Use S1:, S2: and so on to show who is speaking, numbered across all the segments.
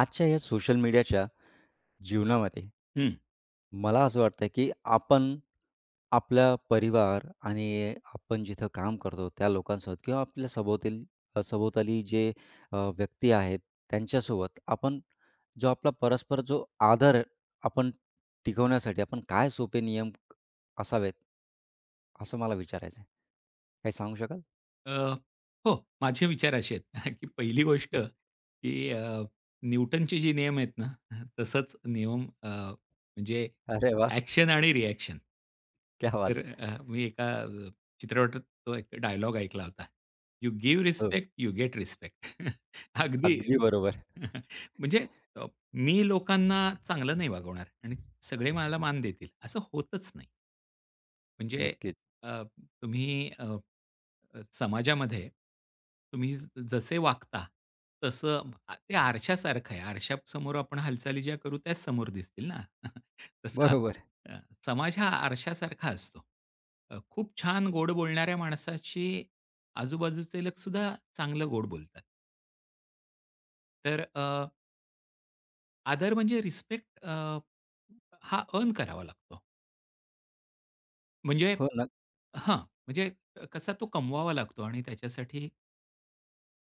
S1: आजच्या या सोशल मीडियाच्या जीवनामध्ये
S2: हं.
S1: मला असं वाटतं की आपण आपल्या परिवार आणि आपण जिथं काम करतो त्या लोकांसोबत किंवा आपल्या सभोवताली जे व्यक्ती आहेत त्यांच्यासोबत आपण जो आपला परस्पर जो आदर आपण टिकवण्यासाठी आपण काय सोपे नियम असावेत, असं मला विचारायचं आहे. काही सांगू शकाल?
S2: अ, हो, माझे विचार असे आहेत, की पहिली गोष्ट, की न्यूटनचे जे नियम आहेत ना, तसंच नियम म्हणजे
S1: अरे वाह!
S2: ॲक्शन आणि रिॲक्शन.
S1: क्या
S2: तर
S1: बात है!
S2: मी एका चित्रपटात तो एक डायलॉग ऐकला होता. "यू गिव्ह
S1: हो,
S2: रिस्पेक्ट, यू गेट रिस्पेक्ट." अगदी.
S1: अगदी बरोबर.
S2: म्हणजे अ, मी लोकांना चांगलं नाही वागवणार आणि सगळे मला मान देतील, असं होतच नाही. म्हणजे
S1: नक्कीच.
S2: अ, तुम्ही अ, अ, समाजामध्ये तुम्ही जसे वागता, तसं ते आरशासारखं आहे. आरशासमोर आपण हालचाली ज्या करू त्याच समोर दिसतील ना. तसा,
S1: बरोबर.
S2: अ, समाज हा आरशासारखा असतो. खूप छान गोड बोलणाऱ्या माणसाशी आजूबाजूचे लोकसुद्धा चांगलं गोड बोलतात. तर आदर म्हणजे रिस्पेक्ट हा अर्न करावा लागतो. म्हणजे
S1: हो ना.
S2: हां, म्हणजे कसा तो कमवावा लागतो आणि त्याच्यासाठी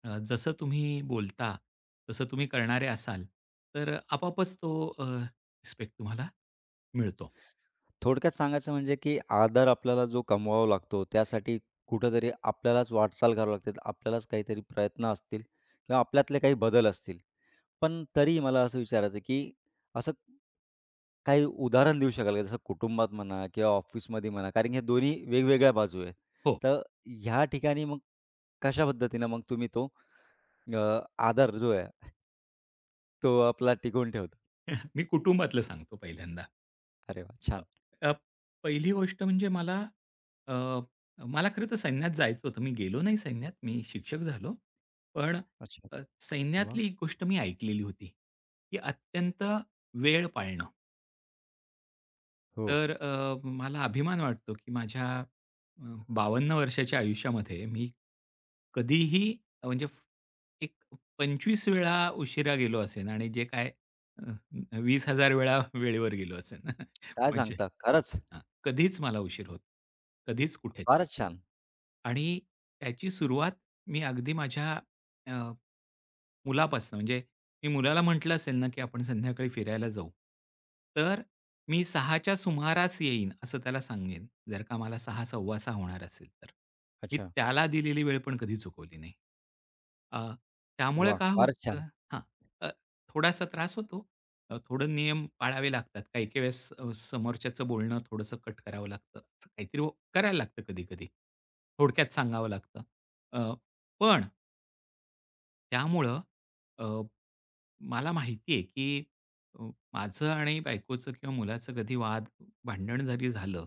S2: जसं तुम्ही बोलता, तसं तुम्ही करणारे असाल, तर आपोआपच तो रिस्पेक्ट तुम्हाला मिळतो.
S1: थोडक्यात सांगायचं म्हणजे, की आदर आपल्याला जो कमवावा लागतो, त्यासाठी कुठेतरी आपल्यालाच वाटचाल करावी लागते. आपल्यालाच काहीतरी प्रयत्न असतील किंवा आपल्यातले काही बदल असतील. पण तरी मला असं विचारायचं आहे, की असं काही उदाहरण देऊ शकाल का? जसं कुटुंबात म्हणा किंवा ऑफिसमध्ये म्हणा, कारण हे दोन्ही वेगवेगळ्या बाजू आहे.
S2: हो.
S1: तर ह्या ठिकाणी मग कशा पद्धतीनं मग तुम्ही तो अ, आदर जो आहे, तो आपला टिकवून ठेवता?
S2: मी कुटुंबातलं सांगतो पहिल्यांदा.
S1: अरे वाह!
S2: अ,
S1: छान.
S2: अ, पहिली गोष्ट म्हणजे मला अ, मला खरं तर सैन्यात जायचं होतं. मी गेलो नाही सैन्यात, मी शिक्षक झालो. पण
S1: अच्छा.
S2: अ,
S1: वाह!
S2: सैन्यातली एक गोष्ट मी ऐकलेली होती, की अत्यंत वेळ पाळणं.
S1: हो.
S2: तर मला अभिमान वाटतो, की माझ्या 52 वर्षाच्या आयुष्यामध्ये मी कधीही, म्हणजे एक 25 वेळा उशिरा गेलो असेन आणि जे काय अ, 20,000 वेळा वेळेवर गेलो असेन.
S1: काय
S2: म्हणजे
S1: सांगता?
S2: हो,
S1: खरंच.
S2: हां. कधीच मला उशीर होत कधीच कुठेच.
S1: फारच छान.
S2: आणि त्याची सुरुवात मी अगदी माझ्या मुलापासनं, म्हणजे मी मुलाला म्हटलं असेल ना, की आपण संध्याकाळी फिरायला जाऊ. तर मी 6च्या सुमारास येईन असं त्याला सांगेन, जर का मला 6, 6:15 होणार असेल तर. मी
S1: अच्छा.
S2: त्याला दिलेली वेळ पण कधी चुकवली नाही. अ, त्यामुळे
S1: वाह!
S2: काय
S1: फारच
S2: होतं.
S1: छान.
S2: हां, अ, थोडासा त्रास होतो. थोडं नियम पाळावे लागतात. काही-काही वेळेस समोरच्याचं बोलणं थोडंसं कट करावं लागतं. असं काहीतरी करायला लागतं कधी-कधी. थोडक्यात सांगावं लागतं. अ, पण त्यामुळं मला माहिती आहे, की अ, माझं आणि बायकोचं किंवा मुलाचं कधी वाद, भांडण जरी झालं,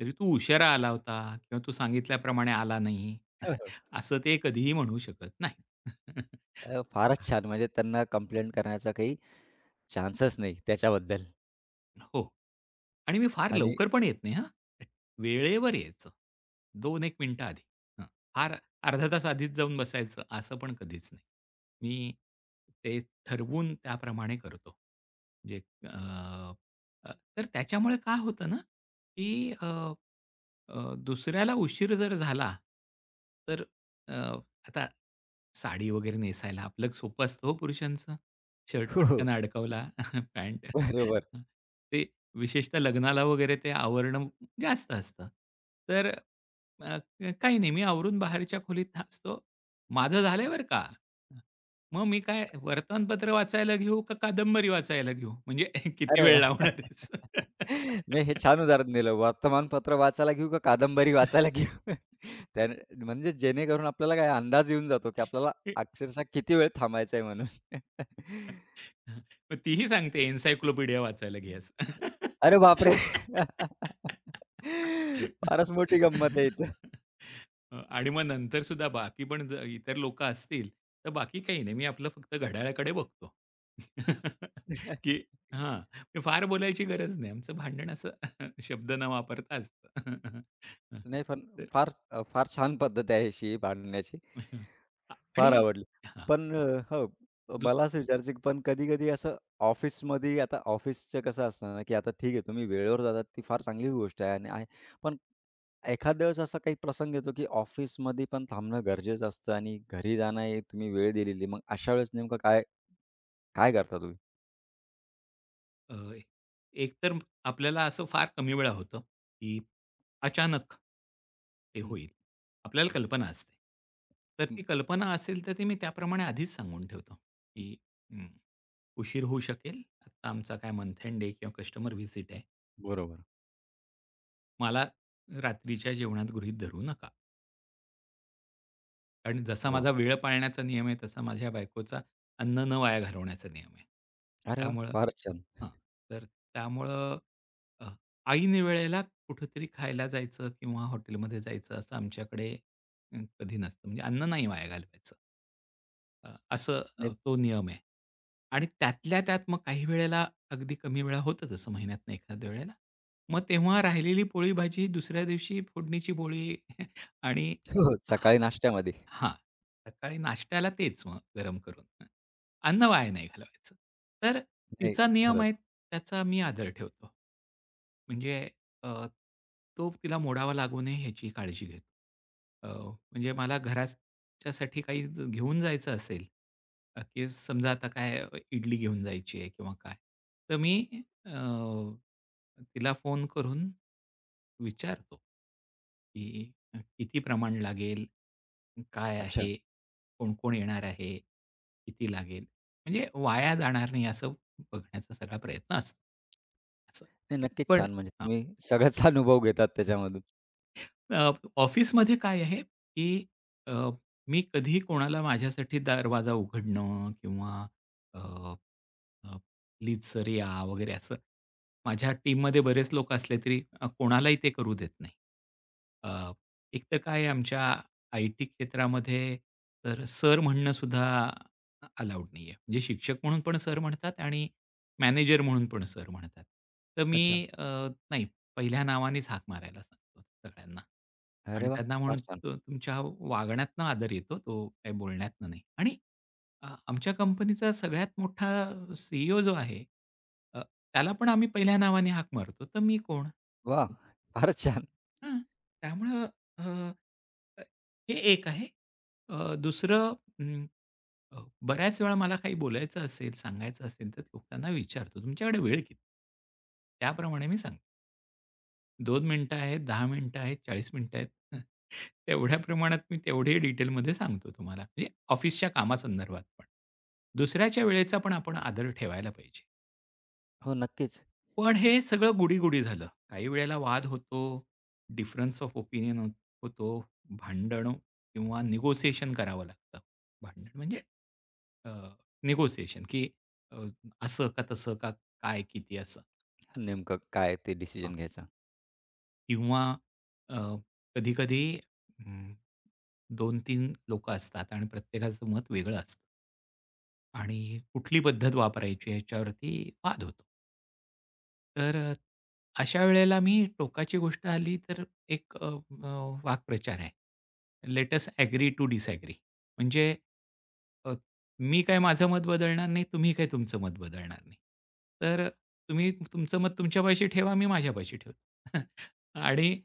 S2: तरी "तू उशिरा आला होता" किंवा "तू सांगितल्याप्रमाणे आला नाही."
S1: हो, हो.
S2: असं ते कधीही म्हणू शकत नाही.
S1: अ, फारच छान. म्हणजे त्यांना कंप्लेंट करण्याचा काही चान्सच नाही त्याच्याबद्दल
S2: हो. आणि मी फार
S1: आणि
S2: लवकर पण येत नाही हां. वेळेवर यायचं. 2-1 मिनिटं आधी. हं. फार अर्धा तास आधीच जाऊन बसायचं असं पण कधीच नाही. मी ते ठरवून त्याप्रमाणे करतो. म्हणजे, अ, अ, तर त्याच्यामुळे काय होतं ना, की, अ, अ, दुसऱ्याला उशीर जर झाला, तर, अ, आता साडी वगैरे नेसायला आपलं सोपं असतं हो पुरुषांचं. शर्ट
S1: हो, हो.
S2: पटकन अडकवला, पॅन्ट.
S1: बरोबर.
S2: ते विशेषतः लग्नाला वगैरे ते आवरणं जास्त असतं. तर काही नाही मी आवरून बाहेरच्या खोलीत असतो. माझं झालंय बरं का. मग मी काय वर्तमानपत्र वाचायला घेऊ का कादंबरी वाचायला घेऊ? म्हणजे किती
S1: अरे
S2: वेळ
S1: वाह!
S2: लावणार आहेस?
S1: नाही हे छान उदाहरण दिलं. वर्तमानपत्र वाचायला घेऊ का कादंबरी वाचायला घेऊ? त्याने म्हणजे जेणेकरून आपल्याला काय अंदाज येऊन जातो, की आपल्याला अक्षरशः किती वेळ थांबायचं आहे म्हणून.
S2: हां. मग तीही सांगते एन्सायक्लोपीडिया वाचायला घे असं.
S1: अरे बापरे! फारच मोठी गंमत आहे इथं.
S2: आणि मग नंतर सुद्धा बाकी पण जर इतर लोकं असतील, तर बाकी काही नाही. मी आपलं फक्त घड्याळाकडे बघतो. की हां, मी फार बोलायची गरज नाही. आमचं भांडण असं शब्द न वापरता असतं.
S1: नाही पण
S2: तर
S1: फार फार छान पद्धत आहे अशी भांडण्याची.
S2: अ, आणि
S1: फार आवडली.
S2: हां,
S1: पण अ, हो,
S2: दुस
S1: मला असं विचारायचं आहे, की पण कधी-कधी असं ऑफिसमध्ये आता ऑफिसचं कसं असतं ना, की आता ठीक आहे तुम्ही वेळेवर जातात ती फार चांगली गोष्ट आहे आणि आहे. पण एखाद्या वेळेस असा काही प्रसंग येतो, की ऑफिसमध्ये पण थांबणं गरजेचं असतं आणि घरी जाणं हे तुम्ही वेळ दिलेली. मग अशा वेळेस नेमकं काय काय करता तुम्ही?
S2: अ, एकतर आपल्याला असं फार कमी वेळा होतं, की अचानक ते
S1: हं,
S2: होईल. आपल्याला कल्पना असते. तर
S1: हं.
S2: ती कल्पना असेल, तर ती मी त्याप्रमाणे आधीच सांगून ठेवतो, की अं, उशीर होऊ शकेल. आत्ता आमचा काय मंथ एंड आहे किंवा कस्टमर व्हिजिट आहे.
S1: बरोबर.
S2: मला रात्रीच्या जेवणात गृहीत धरू नका. कारण जसा
S1: वाह!
S2: माझा वेळ पाळण्याचा नियम आहे, तसा माझ्या बायकोचा अन्न न वाया घालवण्याचा नियम आहे.
S1: अरे वाह!
S2: त्यामुळं
S1: फारच छान.
S2: हां, तर त्यामुळं अ, ऐन वेळेला कुठेतरी खायला जायचं किंवा हॉटेलमध्ये जायचं असं आमच्याकडे कधी नसतं. म्हणजे अन्न नाही वाया घालवायचं. अ, असं
S1: नाही
S2: तो नियम आहे. आणि त्यातल्या त्यात मग काही वेळेला अगदी कमी वेळा होतं तसं महिन्यातनं एखाद्या वेळेला. मग तेव्हा राहिलेली पोळी भाजी दुसऱ्या दिवशी फोडणीची पोळी आणि
S1: हो, सकाळी नाश्त्यामध्ये.
S2: हां. सकाळी नाश्त्याला तेच मग गरम करून. हं. अन्न वाया नाही घालवायचं. तर
S1: नाही
S2: तिचा नियम
S1: खरंच.
S2: आहे त्याचा मी आदर ठेवतो. म्हणजे अ, तो तिला मोडावा लागू नये ह्याची काळजी घेतो. अ, म्हणजे मला घराच्यासाठी काही घेऊन जायचं असेल, की समजा आता काय इडली घेऊन जायची आहे किंवा काय, तर मी अ, तिला फोन करून विचारतो, की किती प्रमाण लागेल? काय
S1: अच्छा.
S2: आहे? कोण-कोण येणार आहे? किती लागेल? म्हणजे वाया जाणार नाही असं बघण्याचा सगळा प्रयत्न असतो. असं.
S1: नाही नक्कीच
S2: पण
S1: छान म्हणजे तुम्ही सगळ्याच अनुभव घेतात त्याच्यामधून.
S2: अ, ऑफिसमध्ये काय आहे, की अ, मी कधीही कोणाला माझ्यासाठी दरवाजा उघडणं किंवा, अ, अ, "प्लीज सर या" वगैरे असं माझ्या टीममध्ये बरेच लोक असले तरी कोणालाही ते करू देत नाही. अ, एक तर काय आहे आमच्या आय-टी क्षेत्रामध्ये, तर सर म्हणणं सुद्धा अलाउड नाही आहे. म्हणजे शिक्षक म्हणून पण सर म्हणतात आणि मॅनेजर म्हणून पण सर म्हणतात. तर
S1: अच्छा.
S2: मी अ, नाही पहिल्या नावानेच हाक मारायला सांगतो सगळ्यांना. आणि
S1: अरे वाह!
S2: त्यांना
S1: फार छान.
S2: म्हणतो तुमच्या वागण्यातनं आदर येतो तो काही बोलण्यातनं नाही. आणि आमच्या कंपनीचा सगळ्यात मोठा सी जो आहे त्याला पण आम्ही पहिल्या नावाने हाक मारतो, तर मी कोण?
S1: वाह! फारच छान.
S2: हां, त्यामुळं अ, अ, हे एक आहे. दुसरं, अं, अ, बऱ्याच वेळा मला काही बोलायचं असेल, सांगायचं असेल, तर लोकांना विचारतो, तुमच्याकडे वेळ किती? त्याप्रमाणे मी सांगतो. 2 मिनिटं आहेत, 10 मिनिटं आहेत, 40 मिनिटं आहेत. तेवढ्या प्रमाणात मी तेवढे डिटेलमध्ये सांगतो तुम्हाला. म्हणजे ऑफिसच्या कामासंदर्भात पण. दुसऱ्याच्या वेळेचा पण आपण आदर ठेवायला पाहिजे.
S1: हो, नक्कीच.
S2: पण हे सगळं गोडी-गोडी झालं. काही वेळेला वाद होतो, डिफरन्स ऑफ ओपिनियन हो होतो, भांडण किंवा निगोसिएशन करावं लागतं. भांडण म्हणजे निगोसिएशन की अ, असं का तसं का, काय किती असं.
S1: नेमकं काय ते डिसिजन घ्यायचा.
S2: किंवा कधी-कधी अं, तीन 3 लोकं असतात आणि प्रत्येकाचं मत वेगळं असतं. आणि कुठली पद्धत वापरायची ह्याच्यावरती वाद होतो. तर अशा वेळेला मी टोकाची गोष्ट आली तर एक, अ, अ, वाक्प्रचार आहे. Let us agree to disagree. म्हणजे अ, मी काय माझं मत बदलणार नाही, तुम्ही काय तुमचं मत बदलणार नाही. तर तुम्ही तुमचं मत तुमच्यापाशी ठेवा, मी माझ्यापाशी ठेवतो. आणि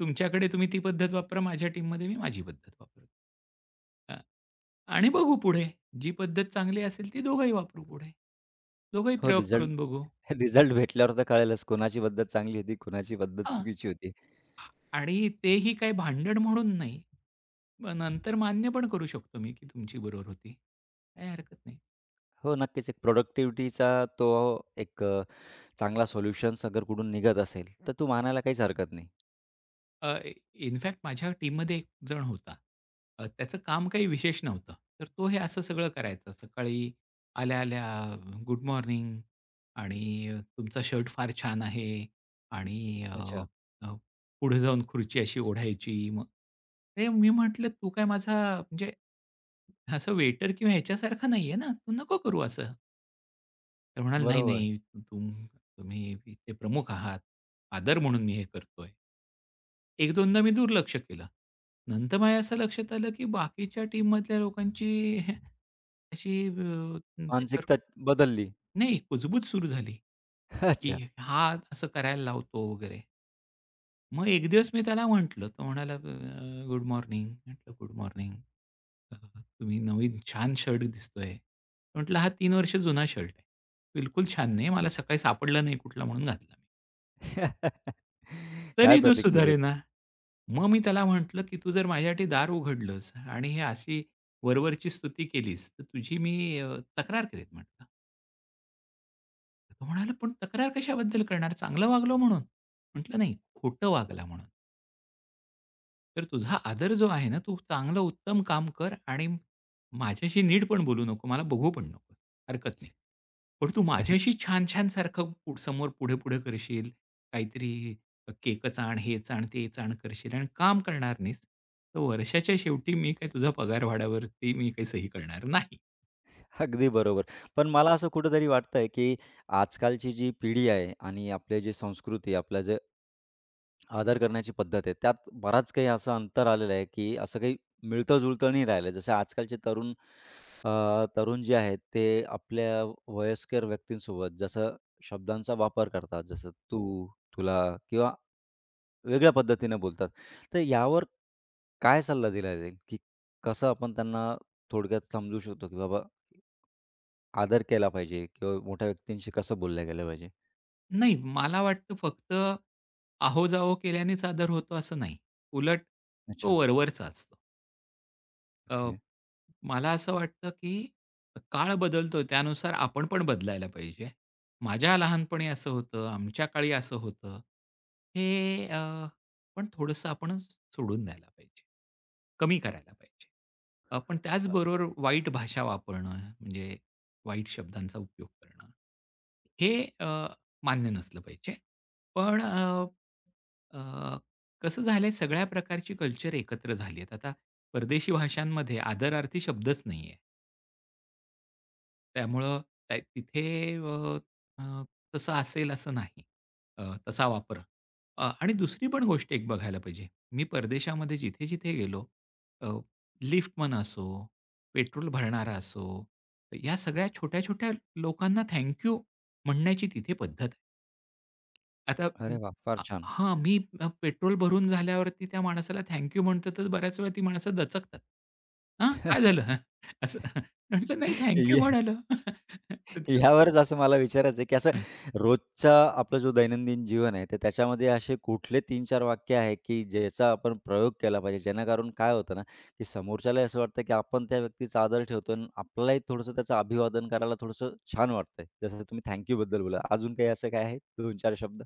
S2: तुमच्याकडे तुम्ही ती पद्धत वापरा, माझ्या टीममध्ये मी माझी पद्धत वापरतो. आणि बघू पुढे. जी पद्धत चांगली असेल ती दोघंही वापरू पुढे. दोघंही
S1: हो,
S2: प्रयोग करून
S1: रिझल्ट
S2: बघू.
S1: रिझल्ट भेटल्यावर तर कळेलच कोणाची पद्धत चांगली होती, कोणाची पद्धत
S2: हां.
S1: चुकीची होती.
S2: आणि तेही काही भांडण म्हणून नाही. मग नंतर मान्य पण करू शकतो मी, की तुमची बरोबर होती. काही हरकत नाही.
S1: हो, नक्कीच एक प्रॉडक्टिव्हिटीचा तो एक चांगला सोल्युशन्स अगर कुठून निघत असेल, तर तू मानायला काहीच हरकत नाही.
S2: अ, इनफॅक्ट माझ्या टीममध्ये एक जण होता. त्याचं काम काही विशेष नव्हतं. तर तो हे असं सगळं करायचा. सकाळी आल्या-आल्या गुड मॉर्निंग आणि तुमचा शर्ट फार छान आहे आणि, अ,
S1: अच्छा,
S2: अ, पुढे जाऊन खुर्ची अशी ओढायची. मग अरे, मी म्हटलं, "तू काय माझा म्हणजे असं वेटर किंवा ह्याच्यासारखा नाही आहे ना? तू नको करू असं." तर म्हणाला, "नाही,
S1: बरोबर.
S2: नाही. तू तुम्ही इथे प्रमुख आहात. आदर म्हणून मी हे करतोय." एक 2दा मी दुर्लक्ष केलं. नंतर माझ्या असं लक्षात आलं, की बाकीच्या टीममधल्या लोकांची अशी त्याच्यावर,
S1: मानसिकता बदलली.
S2: नाही, कुजबूज सुरू झाली,
S1: अच्छा.
S2: की हा असं करायला लावतो वगैरे. मग एक दिवस मी त्याला म्हटलं, तो म्हणाला, " गुड मॉर्निंग." म्हटलं, "गुड मॉर्निंग. अ, तुम्ही नवीन छान शर्ट दिसतोय." म्हटलं, "हा 3 वर्ष जुना शर्ट आहे. बिलकुल छान नाही. मला सकाळी सापडला नाही कुठला म्हणून घातला मी."
S1: काय
S2: तरी तो
S1: प्रतिक्रिया
S2: सुधारेना. मग मी त्याला म्हटलं, की "तू जर माझ्यासाठी दार उघडलंस आणि हे अशी वरवरची स्तुती केलीस, तर तुझी मी तक्रार करीन" म्हटलं. तो म्हणाला, "पण तक्रार कशाबद्दल करणार? चांगलं वागलो म्हणून." म्हटलं, "नाही, खोटं वागला म्हणून. तर तुझा आदर जो आहे ना, तू चांगलं उत्तम काम कर आणि माझ्याशी नीट पण बोलू नको, मला बघू पण नको. हरकत नाही." पण तू माझ्याशी छान-छान सारखं समोर पुढे-पुढे करशील, काहीतरी केकच आण, हेच आण, तेच आण करशील आणि काम करणार नाहीस. तर वर्षाच्या शेवटी मी काही तुझ्या पगारवाढ्यावरती मी काही सही करणार नाही.
S1: अगदी बरोबर. पण मला असं कुठेतरी वाटतंय, की आजकालची जी पिढी आहे आणि आपली जी संस्कृती, आपलं जे आदर करण्याची पद्धत आहे, त्यात बराच काही असं अंतर आलेलं आहे, की असं काही मिळतं-जुळतं नाही राहिलं. जसं आजकालचे तरुण जे आहेत, ते आपल्या वयस्कर व्यक्तींसोबत जसं शब्दांचा वापर करतात, जसं तू, तुला किंवा वेगळ्या पद्धतीने बोलतात. तर यावर काय सल्ला दिला जाईल, की कसं आपण त्यांना थोडक्यात समजू शकतो, की बाबा आदर केला पाहिजे किंवा मोठ्या व्यक्तींशी कसं बोललं गेलं पाहिजे.
S2: नाही, मला वाटतं फक्त आहो-जाहो केल्यानेच आदर होतो असं नाही. उलट
S1: अच्छा,
S2: तो वरवरचा असतो. अ,
S1: ओके.
S2: मला असं वाटतं, की काळ बदलतोय त्यानुसार आपण पण बदलायला पाहिजे. माझ्या लहानपणी असं होतं, आमच्या काळी असं होतं. हे, पण थोडंसं आपण सोडून द्यायला पाहिजे. कमी करायला पाहिजे. पण
S1: अ,
S2: त्याचबरोबर वाईट भाषा वापरणं, म्हणजे वाईट शब्दांचा उपयोग करणं. हे मान्य नसलं पाहिजे. पण अ, अ कसं झालंय सगळ्या प्रकारची कल्चर एकत्र झाली आहेत. आता परदेशी भाषांमध्ये आदरार्थी शब्दच नाहीये. त्यामुळं त्या तिथे, अ, अ, तसं असेल असं नाही. अ, तसा वापर. आणि दुसरी पण गोष्ट एक बघायला पाहिजे. मी परदेशामध्ये जिथे-जिथे गेलो, अ, लिफ्टमन असो, पेट्रोल भरणारा असो, या सगळ्या छोट्या-छोट्या लोकांना थँक यू म्हणण्याची तिथे पद्धत आहे. आता
S1: अरे वाह! फार छान.
S2: हां, मी पेट्रोल भरून झाल्यावरती त्या माणसाला थँक म्हणतो, तर बऱ्याच वेळा ती माणसं दचकतात. "हां, काय
S1: अच्छा.
S2: झालं?" असं. म्हटलं, "नाही, थँक
S1: या
S2: म्हणालो."
S1: यावरच असं मला विचारायचं आहे, की असं रोजचा आपला जो दैनंदिन जीवन आहे, तर त्याच्यामध्ये असे कुठले 3-4 वाक्य आहे, की ज्याचा आपण प्रयोग केला पाहिजे? जेणेकरून काय होतं ना, की समोरच्यालाही असं वाटतं, की आपण त्या व्यक्तीचा आदर ठेवतो आणि आपल्यालाही थोडंसं त्याचं अभिवादन करायला थोडंसं छान वाटतंय. जसं तुम्ही थँक बद्दल बोलला. अजून काही असं काय आहे 2-4 शब्द?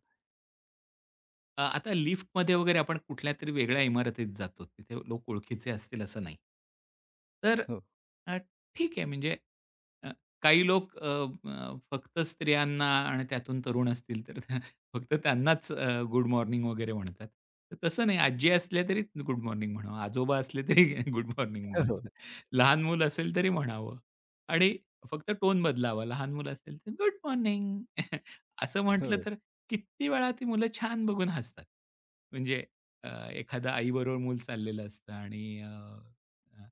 S2: आता लिफ्टमध्ये वगैरे आपण कुठल्यातरी वेगळ्या इमारतीत जातो. तिथे लोक ओळखीचे असतील असं नाही. तर
S1: हो.
S2: अ, ठीक आहे, म्हणजे अ, काही लोक अ, अ, फक्त स्त्रियांना आणि त्यातून तरुण असतील तर फक्त त्यांनाच गुड मॉर्निंग वगैरे म्हणतात. तर तसं नाही, आजी असल्या तरी गुड मॉर्निंग म्हणावं, आजोबा असले तरी गुड मॉर्निंग म्हणावं.
S1: हो,
S2: लहान मूल असेल तरी म्हणावं आणि फक्त टोन बदलावा. लहान मुलं असेल तर गुड मॉर्निंग असं
S1: हो.
S2: म्हटलं, तर किती वेळा ती मुलं छान बघून हसतात. म्हणजे एखादं आईबरोबर मूल चाललेलं असतं आणि, अ,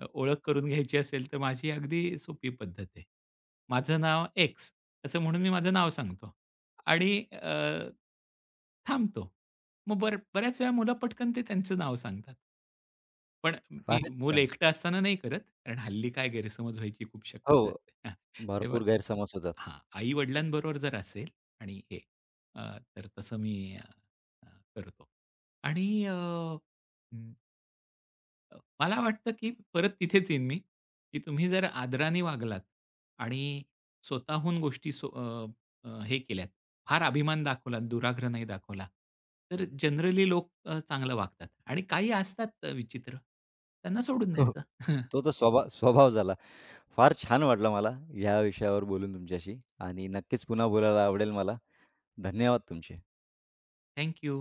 S2: अ, ओळख करून घ्यायची असेल, तर माझी अगदी सोपी पद्धत आहे. माझं नाव एक्स असं म्हणून मी माझं नाव सांगतो आणि थांबतो. मग बऱ्याच वेळा मुलं पटकन ते त्यांचं नाव सांगतात. पण मी
S1: फारच
S2: मूल
S1: छान.
S2: एकटं असताना नाही करत. कारण हल्ली काय गैरसमज व्हायची खूप
S1: हो.
S2: शक्यता असते. हां, तेव्हा
S1: भरपूर गैरसमज होतात.
S2: हां, आई-वडिलांबरोबर जर असेल आणि हे तर तसं मी अ, अ, करतो आणि मला वाटतं, की परत तिथेच येईन मी, की तुम्ही जर आदराने वागलात आणि स्वतःहून गोष्टी हे केल्यात, फार अभिमान दाखवलात, दुराग्रह नाही दाखवला, तर जनरली लोक चांगलं वागतात आणि काही असतात विचित्र, त्यांना सोडून
S1: हो, हो.
S2: द्यायचं.
S1: तो तर स्वभाव स्वभाव झाला. फार छान वाटलं मला या विषयावर बोलून तुमच्याशी आणि नक्कीच पुन्हा बोलायला आवडेल मला. धन्यवाद तुमचे.
S2: थँक